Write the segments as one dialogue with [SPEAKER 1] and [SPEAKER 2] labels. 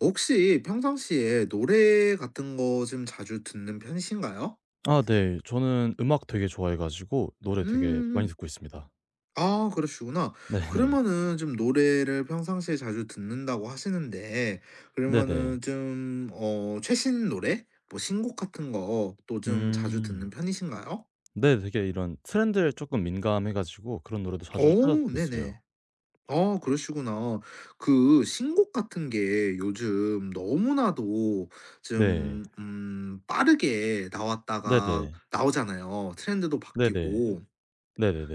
[SPEAKER 1] 혹시 평상시에 노래 같은 거 좀 자주 듣는 편이신가요?
[SPEAKER 2] 아 네. 저는 음악 되게 좋아해 가지고 노래 되게 많이
[SPEAKER 1] 음.
[SPEAKER 2] 듣고 있습니다.
[SPEAKER 1] 아 그러시구나.
[SPEAKER 2] 네네.
[SPEAKER 1] 그러면은 좀 노래를 평상시에 자주 듣는다고 하시는데
[SPEAKER 2] 네네.
[SPEAKER 1] 그러면은 좀 어 최신 노래? 뭐 신곡 같은 거 또 좀 자주 듣는
[SPEAKER 2] 음.
[SPEAKER 1] 편이신가요?
[SPEAKER 2] 네. 되게 이런 트렌드에 쪼끔 민감해 가지고 그런 노래도 자주 찾아
[SPEAKER 1] 오,
[SPEAKER 2] 듣고 있어요.
[SPEAKER 1] 네네. 어 그러시구나. 그 신곡 같은 게 요즘 너무나도 좀
[SPEAKER 2] 네.
[SPEAKER 1] 빠르게 나왔다가
[SPEAKER 2] 네네.
[SPEAKER 1] 나오잖아요. 트렌드도
[SPEAKER 2] 네네.
[SPEAKER 1] 바뀌고. 음.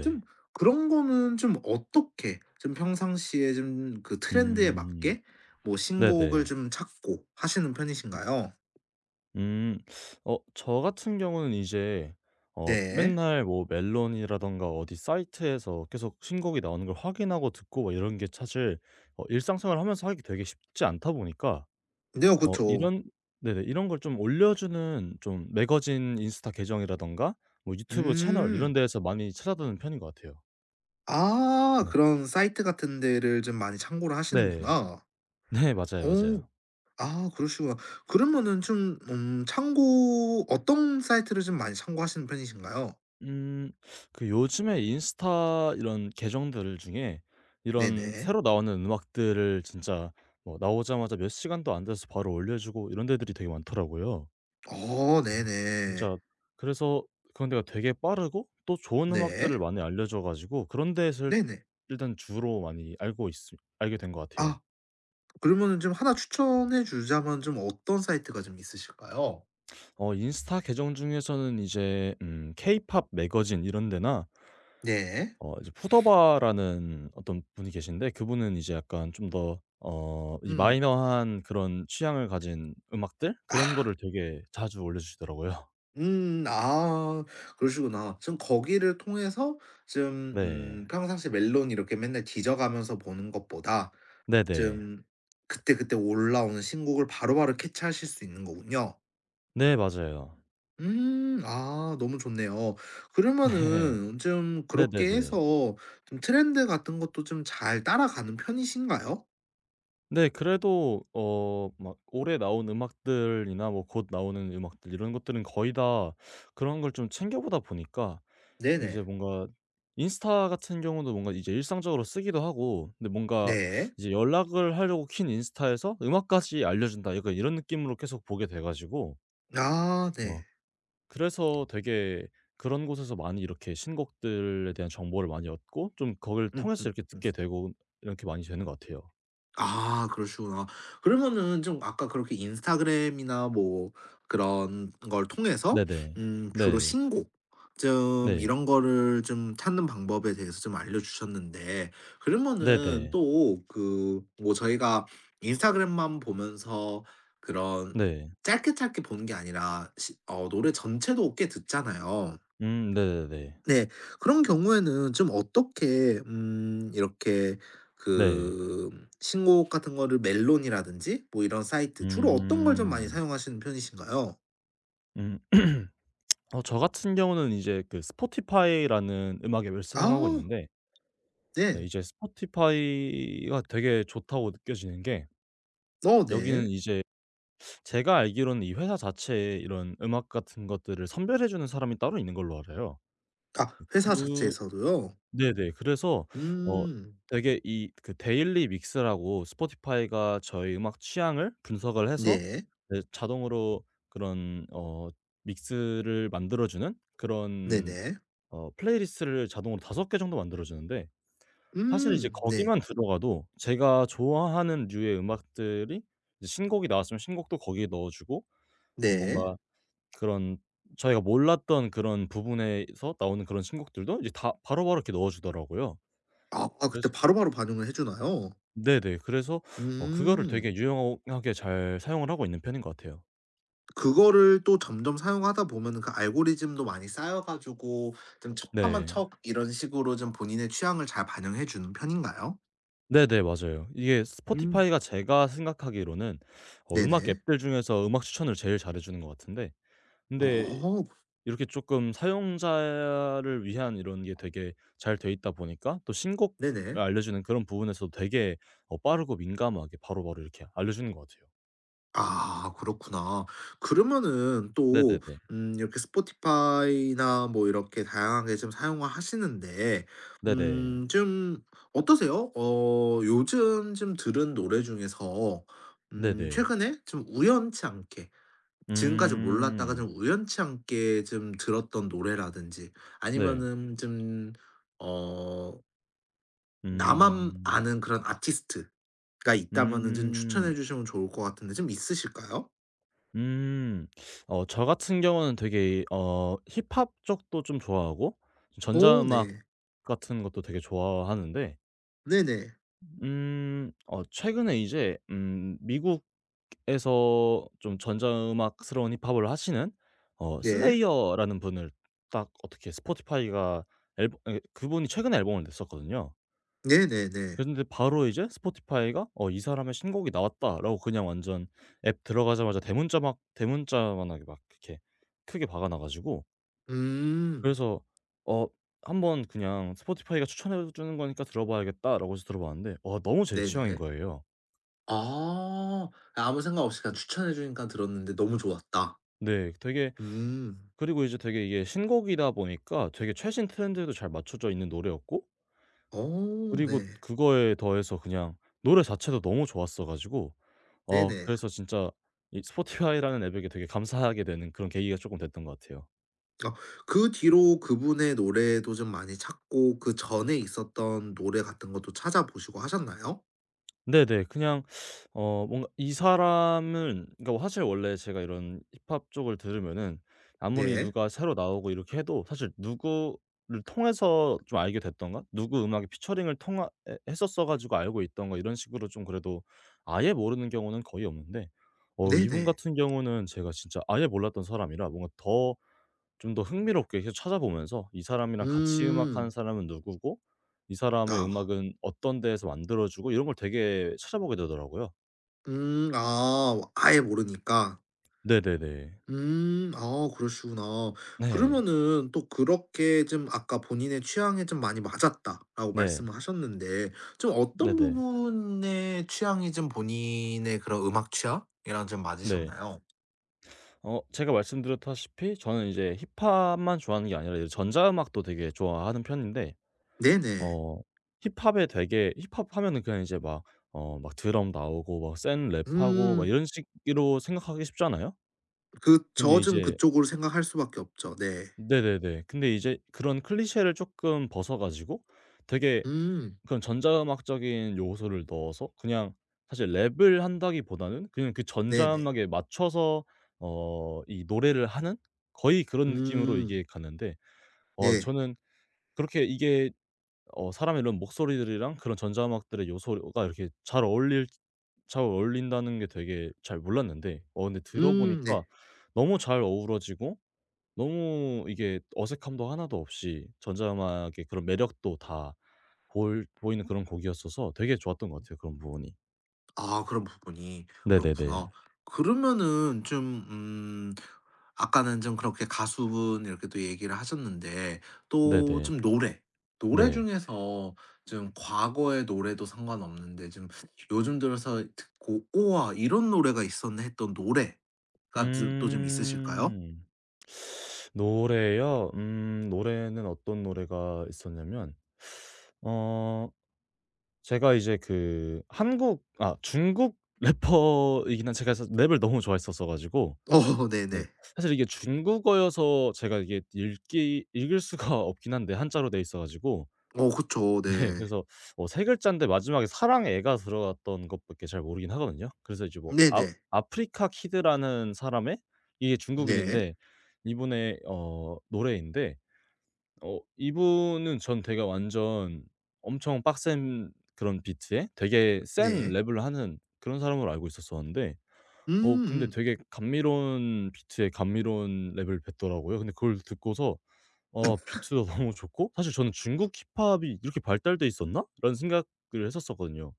[SPEAKER 1] 좀 그런 거는 좀 어떻게 좀 평상시에 좀 그 트렌드에
[SPEAKER 2] 음.
[SPEAKER 1] 맞게 뭐 신곡을
[SPEAKER 2] 네네.
[SPEAKER 1] 좀 찾고 하시는 편이신가요?
[SPEAKER 2] 음. 저 같은 경우는 이제
[SPEAKER 1] 네.
[SPEAKER 2] 맨날 뭐 멜론이라든가 어디 사이트에서 계속 신곡이 나오는 걸 확인하고 듣고 막 이런 게 사실 일상생활 하면서 하기 되게 쉽지 않다 보니까
[SPEAKER 1] 네요.
[SPEAKER 2] 어
[SPEAKER 1] 그쵸.
[SPEAKER 2] 이런 네네. 이런 걸 좀 올려주는 좀 매거진 인스타 계정이라든가 뭐 유튜브 채널 이런
[SPEAKER 1] 음.
[SPEAKER 2] 데에서 많이 찾아드는 편인 것 같아요.
[SPEAKER 1] 아
[SPEAKER 2] 네.
[SPEAKER 1] 그런 사이트 같은 데를 좀 많이 참고를
[SPEAKER 2] 네.
[SPEAKER 1] 하시는구나.
[SPEAKER 2] 네. 맞아요,
[SPEAKER 1] 오.
[SPEAKER 2] 맞아요.
[SPEAKER 1] 아 그러시구나. 그러면은 좀 참고 어떤 사이트를 좀 많이 참고하시는 편이신가요?
[SPEAKER 2] 음 그 요즘에 인스타 이런 계정들 중에 이런
[SPEAKER 1] 네네.
[SPEAKER 2] 새로 나오는 음악들을 진짜 뭐 나오자마자 몇 시간도 안 돼서 바로 올려주고 이런 데들이 되게 많더라고요.
[SPEAKER 1] 어
[SPEAKER 2] 아,
[SPEAKER 1] 네네.
[SPEAKER 2] 진짜. 그래서 그런 데가 되게 빠르고 또 좋은
[SPEAKER 1] 네.
[SPEAKER 2] 음악들을 많이 알려줘 가지고 그런 데에서
[SPEAKER 1] 네네.
[SPEAKER 2] 일단 주로 많이 알고 있 알게 된 것
[SPEAKER 1] 아
[SPEAKER 2] 같아요.
[SPEAKER 1] 그러면은 좀 하나 추천해 주자면 좀 어떤 사이트가 좀 있으실까요?
[SPEAKER 2] 인스타 계정 중에서는 이제 케이팝 매거진 이런 데나
[SPEAKER 1] 네.
[SPEAKER 2] 이제 푸더바라는 어떤 분이 계신데, 그분은 이제 약간 좀 더 이
[SPEAKER 1] 음.
[SPEAKER 2] 마이너한 그런 취향을 가진 음악들, 그런
[SPEAKER 1] 아
[SPEAKER 2] 거를 되게 자주 올려주시더라고요.
[SPEAKER 1] 아 그러시구나. 지금 거기를 통해서 좀
[SPEAKER 2] 네.
[SPEAKER 1] 평상시 멜론 이렇게 맨날 뒤져가면서 보는 것보다
[SPEAKER 2] 네네.
[SPEAKER 1] 좀 그때그때 올라오는 신곡을 바로바로 캐치하실 수 있는 거군요.
[SPEAKER 2] 네, 맞아요.
[SPEAKER 1] 음. 아 너무 좋네요.
[SPEAKER 2] 네.
[SPEAKER 1] 그러면은 좀 그렇게
[SPEAKER 2] 네네네.
[SPEAKER 1] 해서 좀 트렌드 같은 것도 좀 잘 따라가는 편이신가요?
[SPEAKER 2] 네. 그래도 막 올해 나온 음악들이나 뭐 곧 나오는 음악들 이런 것들은 거의 다 그런 걸 좀 챙겨 보다 보니까,
[SPEAKER 1] 네네.
[SPEAKER 2] 이제 뭔가 인스타 같은 경우도 뭔가 이제 일상적으로 쓰기도 하고, 근데 뭔가
[SPEAKER 1] 네.
[SPEAKER 2] 이제 연락을 하려고 킨 인스타에서 '음악까지 알려준다.' 약간 이런 느낌으로 계속 보게 돼 가지고
[SPEAKER 1] 아 네.
[SPEAKER 2] 막 그래서 되게, 그런 곳에서 많이 이렇게 신곡들에 대한 정보를 많이 얻고, 좀 거기를
[SPEAKER 1] 음음.
[SPEAKER 2] 통해서 이렇게 듣게 되고 이렇게 많이 되는 것 같아요.
[SPEAKER 1] 아 그러시구나. 그러면은 좀 아까 그렇게 인스타그램이나 뭐 그런 걸 통해서
[SPEAKER 2] 네네.
[SPEAKER 1] 주로
[SPEAKER 2] 네.
[SPEAKER 1] 신곡 좀
[SPEAKER 2] 네.
[SPEAKER 1] 이런 거를 좀 찾는 방법에 대해서 좀 알려주셨는데 그러면은
[SPEAKER 2] 네네.
[SPEAKER 1] 또 그 뭐 저희가 인스타그램만 보면서 그런
[SPEAKER 2] 네.
[SPEAKER 1] 짧게 짧게 보는 게 아니라 시 어 노래 전체도 꽤 듣잖아요.
[SPEAKER 2] 음. 네네네.
[SPEAKER 1] 네. 그런 경우에는 좀 어떻게 이렇게
[SPEAKER 2] 네.
[SPEAKER 1] 그 신곡 같은 거를 멜론이라든지 뭐 이런 사이트 주로 어떤 걸 좀 많이
[SPEAKER 2] 음.
[SPEAKER 1] 사용하시는 편이신가요?
[SPEAKER 2] 음. 저 같은 경우는 이제 그 스포티파이라는 음악 앱을 사용하고
[SPEAKER 1] 아
[SPEAKER 2] 있는데, 네,
[SPEAKER 1] 네.
[SPEAKER 2] 이제 스포티파이가 되게 좋다고 느껴지는 게,
[SPEAKER 1] 어 네.
[SPEAKER 2] 여기는 이제 제가 알기로는 이 회사 자체에 이런 음악 같은 것들을 선별해 주는 사람이 따로 있는 걸로 알아요.
[SPEAKER 1] 아
[SPEAKER 2] 그
[SPEAKER 1] 회사 자체에서도요?
[SPEAKER 2] 네네. 그래서 어
[SPEAKER 1] 음.
[SPEAKER 2] 되게 이 그 데일리 믹스라고, 스포티파이가 저의 음악 취향을 분석을 해서,
[SPEAKER 1] 네.
[SPEAKER 2] 네, 자동으로 그런 믹스를 만들어 주는
[SPEAKER 1] 네
[SPEAKER 2] 그런
[SPEAKER 1] 네.
[SPEAKER 2] 플레이리스트를 자동으로 5개 정도 만들어 주는데, 사실 이제
[SPEAKER 1] 네.
[SPEAKER 2] 거기만 들어가도 제가 좋아하는 류의 음악들이, 이제 신곡이 나왔으면 신곡도 거기에 넣어 주고,
[SPEAKER 1] 네.
[SPEAKER 2] 뭔가 그런 저희가 몰랐던 그런 부분에서 나오는 그런 신곡들도 이제 다 바로바로 이렇게 넣어 주더라고요.
[SPEAKER 1] 아 아
[SPEAKER 2] 그래서.
[SPEAKER 1] 그때 바로바로 반영을 해 주나요?
[SPEAKER 2] 네네. 그래서 그거를 되게
[SPEAKER 1] 음.
[SPEAKER 2] 유용하게 잘 사용을 하고 있는 편인 것 같아요.
[SPEAKER 1] 그거를 또 점점 사용하다 보면은 그 알고리즘도 많이 쌓여 가지고 좀 척하면
[SPEAKER 2] 네.
[SPEAKER 1] 척 이런 식으로 좀 본인의 취향을 잘 반영해 주는 편인가요?
[SPEAKER 2] 네네, 맞아요. 이게
[SPEAKER 1] 음.
[SPEAKER 2] 스포티파이가 제가 생각하기로는 음악
[SPEAKER 1] 네네.
[SPEAKER 2] 앱들 중에서 음악 추천을 제일 잘해 주는 것 같은데, 근데
[SPEAKER 1] 어
[SPEAKER 2] 이렇게 쪼끔 사용자를 위한 이런 게 되게 잘 돼 있다 보니까 또 신곡을
[SPEAKER 1] 네네.
[SPEAKER 2] 알려주는 그런 부분에서도 되게 빠르고 민감하게 바로바로 이렇게 알려주는 것 같아요.
[SPEAKER 1] 아 그렇구나. 그러면은 또
[SPEAKER 2] 네네네.
[SPEAKER 1] 이렇게 스포티파이나 뭐 이렇게 다양하게 좀 사용을 하시는데
[SPEAKER 2] 네네.
[SPEAKER 1] 좀 어떠세요? 어 요즘 좀 들은 노래 중에서
[SPEAKER 2] 네네.
[SPEAKER 1] 최근에 좀 우연치 않게 지금까지 몰랐다가
[SPEAKER 2] 음.
[SPEAKER 1] 좀 우연치 않게 좀 들었던 노래라든지
[SPEAKER 2] 네.
[SPEAKER 1] 아니면은 좀 어 나만
[SPEAKER 2] 음.
[SPEAKER 1] 아는 그런 아티스트가 있다면은 좀 추천해
[SPEAKER 2] 음.
[SPEAKER 1] 주시면 좋을 것 같은데 좀 있으실까요?
[SPEAKER 2] 음. 저 같은 경우는 되게 힙합 쪽도 좀 좋아하고
[SPEAKER 1] 어
[SPEAKER 2] 전자음악
[SPEAKER 1] 네.
[SPEAKER 2] 같은 것도 되게 좋아하는데
[SPEAKER 1] 네네.
[SPEAKER 2] 최근에 이제 미국에서 좀 전자음악스러운 힙합을 하시는
[SPEAKER 1] 네.
[SPEAKER 2] 슬레이어라는 분을 딱 어떻게 스포티파이가, 앨범, 예, 그분이 최근에 앨범을 냈었거든요.
[SPEAKER 1] 네네네.
[SPEAKER 2] 근데 바로 이제 스포티파이가 '어, 이 사람의 신곡이 나왔다.'라고 그냥 완전, 앱 들어가자마자 대문자 막 대문자만하게 막 이렇게 크게 박아 놔 가지고,
[SPEAKER 1] 음.
[SPEAKER 2] 그래서 어 한번 그냥 '스포티파이가 추천해 주는 거니까 들어 봐야겠다.'라고 해서 들어봤는데 와, 너무 제 취향인
[SPEAKER 1] 네네.
[SPEAKER 2] 거예요.
[SPEAKER 1] 아. 아무 생각 없이 그냥 추천해 주니까 들었는데 너무 좋았다.
[SPEAKER 2] 네. 되게
[SPEAKER 1] 음.
[SPEAKER 2] 그리고 이제 되게 이게 신곡이다 보니까 되게 최신 트렌드에도 잘 맞춰져 있는 노래였고,
[SPEAKER 1] 어
[SPEAKER 2] 그리고
[SPEAKER 1] 네.
[SPEAKER 2] 그거에 더해서 그냥 노래 자체도 너무 좋았어 가지고
[SPEAKER 1] 네네.
[SPEAKER 2] 그래서 진짜 이 스포티파이라는 앱에게 되게 감사하게 되는 그런 계기가 쪼끔 됐던 것 같아요.
[SPEAKER 1] 아 그 뒤로 그분의 노래도 좀 많이 찾고 그전에 있었던 노래 같은 것도 찾아보시고 하셨나요?
[SPEAKER 2] 네네. 그냥 뭔가 이 사람은, 그러니까 사실 원래 제가 이런 힙합 쪽을 들으면은 아무리
[SPEAKER 1] 네.
[SPEAKER 2] 누가 새로 나오고 이렇게 해도 사실 누구를 통해서 좀 알게 됐던가, 누구 음악에 피처링을 통하 해 했었어 가지고 알고 있던가 이런 식으로 좀, 그래도 아예 모르는 경우는 거의 없는데, 이분
[SPEAKER 1] 네네.
[SPEAKER 2] 같은 경우는 제가 진짜 아예 몰랐던 사람이라 뭔가 더 좀 더 흥미롭게 계속 찾아보면서 '이 사람이랑 같이 음악하는
[SPEAKER 1] 음.
[SPEAKER 2] 사람은 누구고, 이 사람의
[SPEAKER 1] 아.
[SPEAKER 2] 음악은 어떤 데에서 만들어지고.' 이런 걸 되게 찾아보게 되더라고요.
[SPEAKER 1] 음. 아 아예 모르니까.
[SPEAKER 2] 네네네.
[SPEAKER 1] 음. 아 그러시구나.
[SPEAKER 2] 네.
[SPEAKER 1] 그러면은 또 그렇게 좀 아까 본인의 취향에 좀 많이 맞았다라고
[SPEAKER 2] 네.
[SPEAKER 1] 말씀을 하셨는데 좀 어떤
[SPEAKER 2] 네네.
[SPEAKER 1] 부분의 취향이 좀 본인의 그런 음악 취향이랑 좀
[SPEAKER 2] 네.
[SPEAKER 1] 맞으셨나요?
[SPEAKER 2] 제가 말씀드렸다시피 저는 이제 힙합만 좋아하는 게 아니라 이제 전자 음악도 되게 좋아하는 편인데
[SPEAKER 1] 네네.
[SPEAKER 2] 어 힙합에 되게 힙합 하면은 그냥 이제 막 드럼 나오고 막 센 랩하고 막
[SPEAKER 1] 음.
[SPEAKER 2] 이런 식으로 생각하기 쉽잖아요.
[SPEAKER 1] 그
[SPEAKER 2] 근데
[SPEAKER 1] 저 좀
[SPEAKER 2] 이제.
[SPEAKER 1] 그쪽으로 생각할 수밖에 없죠. 네.
[SPEAKER 2] 네네네. 근데 이제 그런 클리셰를 쪼끔 벗어 가지고 되게
[SPEAKER 1] 음.
[SPEAKER 2] 그런 전자음악적인 요소를 넣어서, 그냥 사실 랩을 한다기보다는 그냥 그
[SPEAKER 1] 네네.
[SPEAKER 2] 전자음악에 맞춰서 어 이 노래를 하는 거의 그런 느낌으로
[SPEAKER 1] 음.
[SPEAKER 2] 이게 가는데,
[SPEAKER 1] 네.
[SPEAKER 2] 저는 그렇게 이게 사람의 이런 목소리들이랑 그런 전자음악들의 요소가 이렇게 잘 어울린다는 게 되게 잘 몰랐는데, 근데 들어 보니까
[SPEAKER 1] 네.
[SPEAKER 2] 너무 잘 어우러지고 너무 이게 어색함도 하나도 없이 전자음악의 그런 매력도 다 보일 보이는 그런 곡이었어서 되게 좋았던 것 같아요, 그런 부분이.
[SPEAKER 1] 아 그런 부분이 그렇구나.
[SPEAKER 2] 네네네.
[SPEAKER 1] 그러면은 좀 아까는 좀 그렇게 가수분 이렇게 또 얘기를 하셨는데 또
[SPEAKER 2] 네네.
[SPEAKER 1] 좀 노래, 노래
[SPEAKER 2] 네.
[SPEAKER 1] 중에서 좀 과거의 노래도 상관없는데 좀 요즘 들어서 듣고 '우와 이런 노래가 있었네.' 했던 노래가 좀 또 좀 있으실까요?
[SPEAKER 2] 음. 노래요? 노래는 어떤 노래가 있었냐면, 어 제가 이제 그 한국 아 중국 래퍼이긴 한, 제가 사실 랩을 너무 좋아했었어 가지고.
[SPEAKER 1] 어
[SPEAKER 2] 네.
[SPEAKER 1] 네네.
[SPEAKER 2] 사실 이게 중국어여서 제가 이게 읽기 읽을 수가 없긴 한데 한자로 돼 있어 가지고,
[SPEAKER 1] 어 그쵸. 네.
[SPEAKER 2] 네, 그래서 세 글자인데 마지막에 사랑 애가 들어갔던 것밖에 잘 모르긴 하거든요. 그래서 이제 뭐, 아,
[SPEAKER 1] 네네.
[SPEAKER 2] 아프리카 키드라는 사람의, 이게
[SPEAKER 1] 네.
[SPEAKER 2] 중국인인데, 이분의 노래인데 이분은 전 되게 완전 엄청 빡센 그런 비트에 되게 센
[SPEAKER 1] 네.
[SPEAKER 2] 랩을 하는 그런 사람으로 알고 있었었는데, 근데
[SPEAKER 1] 음
[SPEAKER 2] 되게 감미로운 비트에 감미로운 랩을 뱉더라고요. 근데 그걸 듣고서 '아, 비트가 너무 좋고, 사실 저는 '중국 힙합이 이렇게 발달돼 있었나?' 라는 생각을 했었었거든요.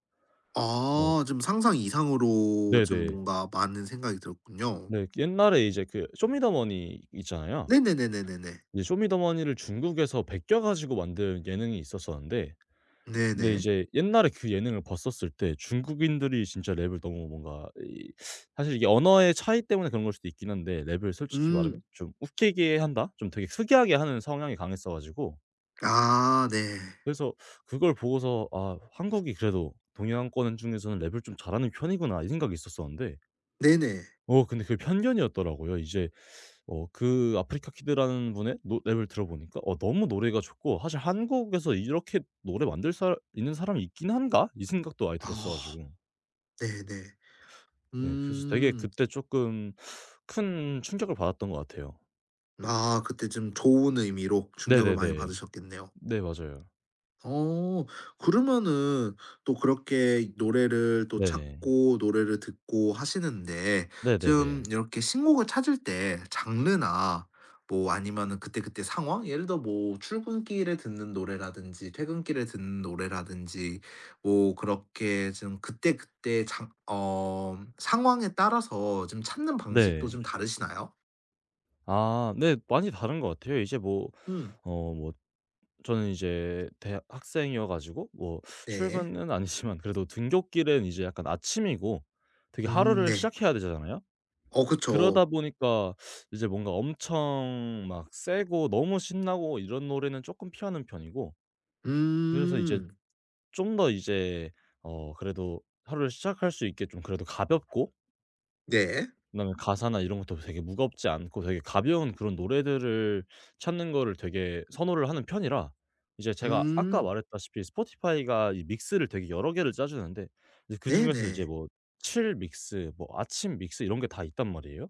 [SPEAKER 2] 어
[SPEAKER 1] 아 좀 상상 이상으로 좀
[SPEAKER 2] 네네.
[SPEAKER 1] 뭔가 많은 생각이 들었군요.
[SPEAKER 2] 네, 옛날에 이제 그 쇼미더머니 있잖아요.
[SPEAKER 1] 네네네네네네.
[SPEAKER 2] 이제 쇼미더머니를 중국에서 베껴 가지고 만든 예능이 있었었는데, 근데
[SPEAKER 1] 네네.
[SPEAKER 2] 이제 옛날에 그 예능을 봤었을 때 중국인들이 진짜 랩을 너무 뭔가 이 사실 이게 언어의 차이 때문에 그런 걸 수도 있긴 한데, 랩을 솔직히 말하면
[SPEAKER 1] 음.
[SPEAKER 2] 좀 웃기게 한다? 좀 되게 특이하게 하는 성향이 강했어 가지고
[SPEAKER 1] 아 네.
[SPEAKER 2] 그래서 그걸 보고서 '아, 한국이 그래도 동양권 중에서는 랩을 좀 잘하는 편이구나.' 이 생각이 있었었는데,
[SPEAKER 1] 네네.
[SPEAKER 2] 근데 그게 편견이었더라고요. 이제 그 아프리카 키드라는 분의 노 랩을 들어보니까 너무 노래가 좋고 '사실 한국에서 이렇게 노래 만들 사 있는 사람이 있긴 한가?' 이 생각도 아예 들었어
[SPEAKER 1] 아
[SPEAKER 2] 가지고,
[SPEAKER 1] 네네.
[SPEAKER 2] 네, 그래서 되게
[SPEAKER 1] 음.
[SPEAKER 2] 그때 쪼끔 큰 충격을 받았던 것 같아요.
[SPEAKER 1] 아 그때 좀 좋은 의미로 충격을 많이
[SPEAKER 2] 네네네.
[SPEAKER 1] 받으셨겠네요.
[SPEAKER 2] 네 맞아요.
[SPEAKER 1] 어. 그러면은 또 그렇게 노래를 또
[SPEAKER 2] 네.
[SPEAKER 1] 찾고 노래를 듣고 하시는데
[SPEAKER 2] 네네네.
[SPEAKER 1] 좀 이렇게 신곡을 찾을 때 장르나 뭐 아니면은 그때그때 상황? 예를 들어 뭐 출근길에 듣는 노래라든지 퇴근길에 듣는 노래라든지 뭐 그렇게 좀 그때그때 장 어 상황에 따라서 좀 찾는 방식도
[SPEAKER 2] 네.
[SPEAKER 1] 좀 다르시나요?
[SPEAKER 2] 아 네, 많이 다른 것 같아요. 이제 뭐,
[SPEAKER 1] 음.
[SPEAKER 2] 어 뭐 저는 이제 대학생이어 가지고 뭐
[SPEAKER 1] 네.
[SPEAKER 2] 출근은 아니지만 그래도 등굣길은 이제 약간 아침이고 되게 하루를
[SPEAKER 1] 네.
[SPEAKER 2] 시작해야 되잖아요.
[SPEAKER 1] 어 그쵸.
[SPEAKER 2] 그러다 보니까 이제 뭔가 엄청 막 세고 너무 신나고 이런 노래는 쪼끔 피하는 편이고, 그래서 이제
[SPEAKER 1] 음.
[SPEAKER 2] 좀 더 이제 그래도 하루를 시작할 수 있게 좀, 그래도 가볍고
[SPEAKER 1] 네.
[SPEAKER 2] 그다음에 가사나 이런 것도 되게 무겁지 않고 되게 가벼운 그런 노래들을 찾는 거를 되게 선호를 하는 편이라, 이제 제가 아까
[SPEAKER 1] 음.
[SPEAKER 2] 말했다시피 스포티파이가 이 믹스를 되게 여러 개를 짜 주는데 이제 그중에서 이제
[SPEAKER 1] 네네.
[SPEAKER 2] 뭐 칠믹스, 뭐 아침 믹스 이런 게 다 있단 말이에요.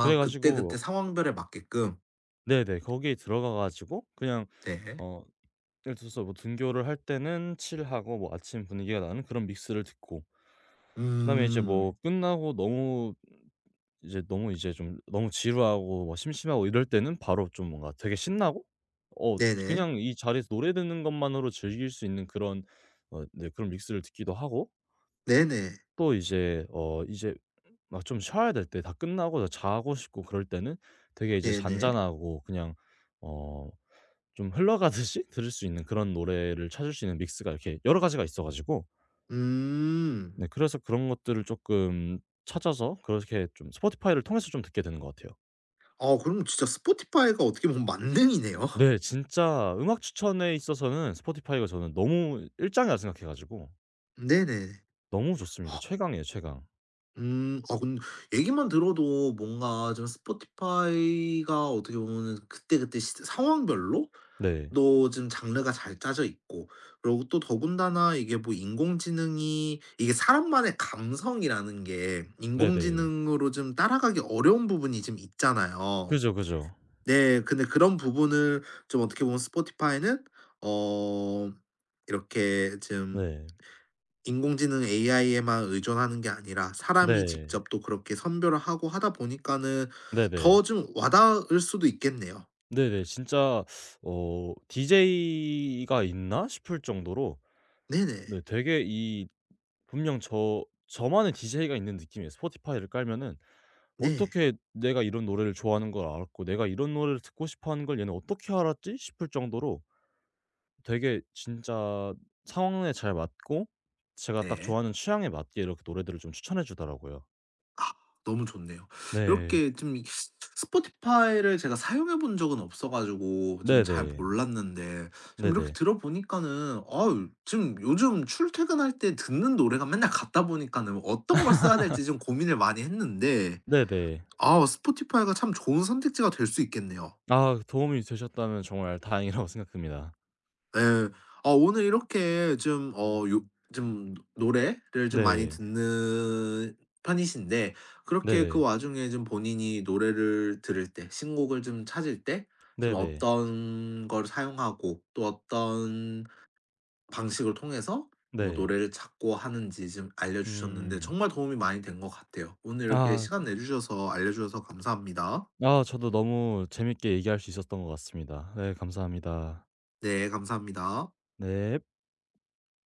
[SPEAKER 2] 그래
[SPEAKER 1] 그때그때
[SPEAKER 2] 가지고.
[SPEAKER 1] 상황별에 맞게끔.
[SPEAKER 2] 네네. 거기에 들어가 가지고 그냥
[SPEAKER 1] 네. 네.
[SPEAKER 2] 어 예를 들어서 뭐 등교를 할 때는 칠하고 뭐 아침 분위기가 나는 그런 믹스를 듣고, 그다음에 이제 뭐
[SPEAKER 1] 음.
[SPEAKER 2] 끝나고 너무 이제 너무 이제 좀 너무 지루하고 뭐 심심하고 이럴 때는 바로 좀 뭔가 되게 신나고 어
[SPEAKER 1] 네네.
[SPEAKER 2] 그냥 이 자리에서 노래 듣는 것만으로 즐길 수 있는 그런 네, 그런 믹스를 듣기도 하고,
[SPEAKER 1] 네네.
[SPEAKER 2] 또 이제 이제 막 좀 쉬어야 될 때 다 끝나고 자고 싶고 그럴 때는 되게 이제
[SPEAKER 1] 네네.
[SPEAKER 2] 잔잔하고 그냥 어 좀 흘러가듯이 들을 수 있는 그런 노래를 찾을 수 있는 믹스가 이렇게 여러 가지가 있어 가지고,
[SPEAKER 1] 음.
[SPEAKER 2] 네, 그래서 그런 것들을 쪼끔 찾아서 그렇게 좀 스포티파이를 통해서 좀 듣게 되는 것 같아요.
[SPEAKER 1] 아 그럼 진짜 스포티파이가 어떻게 보면 만능이네요.
[SPEAKER 2] 네. 진짜 음악 추천에 있어서는 스포티파이가 저는 너무 일 장이라 생각해 가지고
[SPEAKER 1] 네네.
[SPEAKER 2] 너무 좋습니다. 최강이에요, 최강.
[SPEAKER 1] 음. 아 근 얘기만 들어도 뭔가 좀 스포티파이가 어떻게 보면은 그때그때 시 상황별로
[SPEAKER 2] 네.
[SPEAKER 1] 또 좀 장르가 잘 짜져 있고 그리고 또 더군다나 이게 뭐 인공지능이 이게 사람만의 감성이라는 게
[SPEAKER 2] 네네.
[SPEAKER 1] 인공지능으로 좀 따라가기 어려운 부분이 좀 있잖아요.
[SPEAKER 2] 그죠, 그죠.
[SPEAKER 1] 네. 근데 그런 부분을 좀 어떻게 보면 스포티파이는 어 이렇게 좀
[SPEAKER 2] 네.
[SPEAKER 1] 인공지능 AI에만 의존하는 게 아니라 사람이
[SPEAKER 2] 네.
[SPEAKER 1] 직접 또 그렇게 선별을 하고 하다 보니까는
[SPEAKER 2] 네네.
[SPEAKER 1] 더 좀 와닿을 수도 있겠네요.
[SPEAKER 2] 네네. 진짜 디제이가 있나 싶을 정도로.
[SPEAKER 1] 네네.
[SPEAKER 2] 네, 되게 이, 분명 저만의 DJ가 있는 느낌이에요. 스포티파이를 깔면은
[SPEAKER 1] 네.
[SPEAKER 2] 어떻게 내가 이런 노래를 좋아하는 걸 알았고 '내가 이런 노래를 듣고 싶어 하는 걸 얘는 어떻게 알았지?' 싶을 정도로 되게 진짜 상황에 잘 맞고 제가 딱
[SPEAKER 1] 네.
[SPEAKER 2] 좋아하는 취향에 맞게 이렇게 노래들을 좀 추천해 주더라고요.
[SPEAKER 1] 아 너무 좋네요.
[SPEAKER 2] 네.
[SPEAKER 1] 이렇게 좀 스포티파이를 제가 사용해 본 적은 없어 가지고 좀 잘
[SPEAKER 2] 네네.
[SPEAKER 1] 몰랐는데 좀 이렇게
[SPEAKER 2] 네네.
[SPEAKER 1] 들어보니까는 아유 지금 요즘 출퇴근할 때 듣는 노래가 맨날 같다 보니까는 어떤 걸 써야 될지 좀 고민을 많이 했는데
[SPEAKER 2] 네네.
[SPEAKER 1] 아 스포티파이가 참 좋은 선택지가 될 수 있겠네요.
[SPEAKER 2] 아, 도움이 되셨다면 정말 다행이라고 생각합니다.
[SPEAKER 1] 네. 아 오늘 이렇게 좀 어 요 좀 노래를 좀 많이
[SPEAKER 2] 네.
[SPEAKER 1] 듣는 편이신데 그렇게 그
[SPEAKER 2] 네네.
[SPEAKER 1] 와중에 좀 본인이 노래를 들을 때 신곡을 좀 찾을 때 좀
[SPEAKER 2] 네네.
[SPEAKER 1] 어떤 걸 사용하고 또 어떤 방식을 통해서 뭐
[SPEAKER 2] 네.
[SPEAKER 1] 노래를 찾고 하는지 좀 알려주셨는데
[SPEAKER 2] 음.
[SPEAKER 1] 정말 도움이 많이 된 것 같아요. 오늘 이렇게
[SPEAKER 2] 아.
[SPEAKER 1] 시간 내주셔서 알려주셔서 감사합니다.
[SPEAKER 2] 아, 저도 너무 재밌게 얘기할 수 있었던 것 같습니다. 네, 감사합니다.
[SPEAKER 1] 네 감사합니다.
[SPEAKER 2] 네.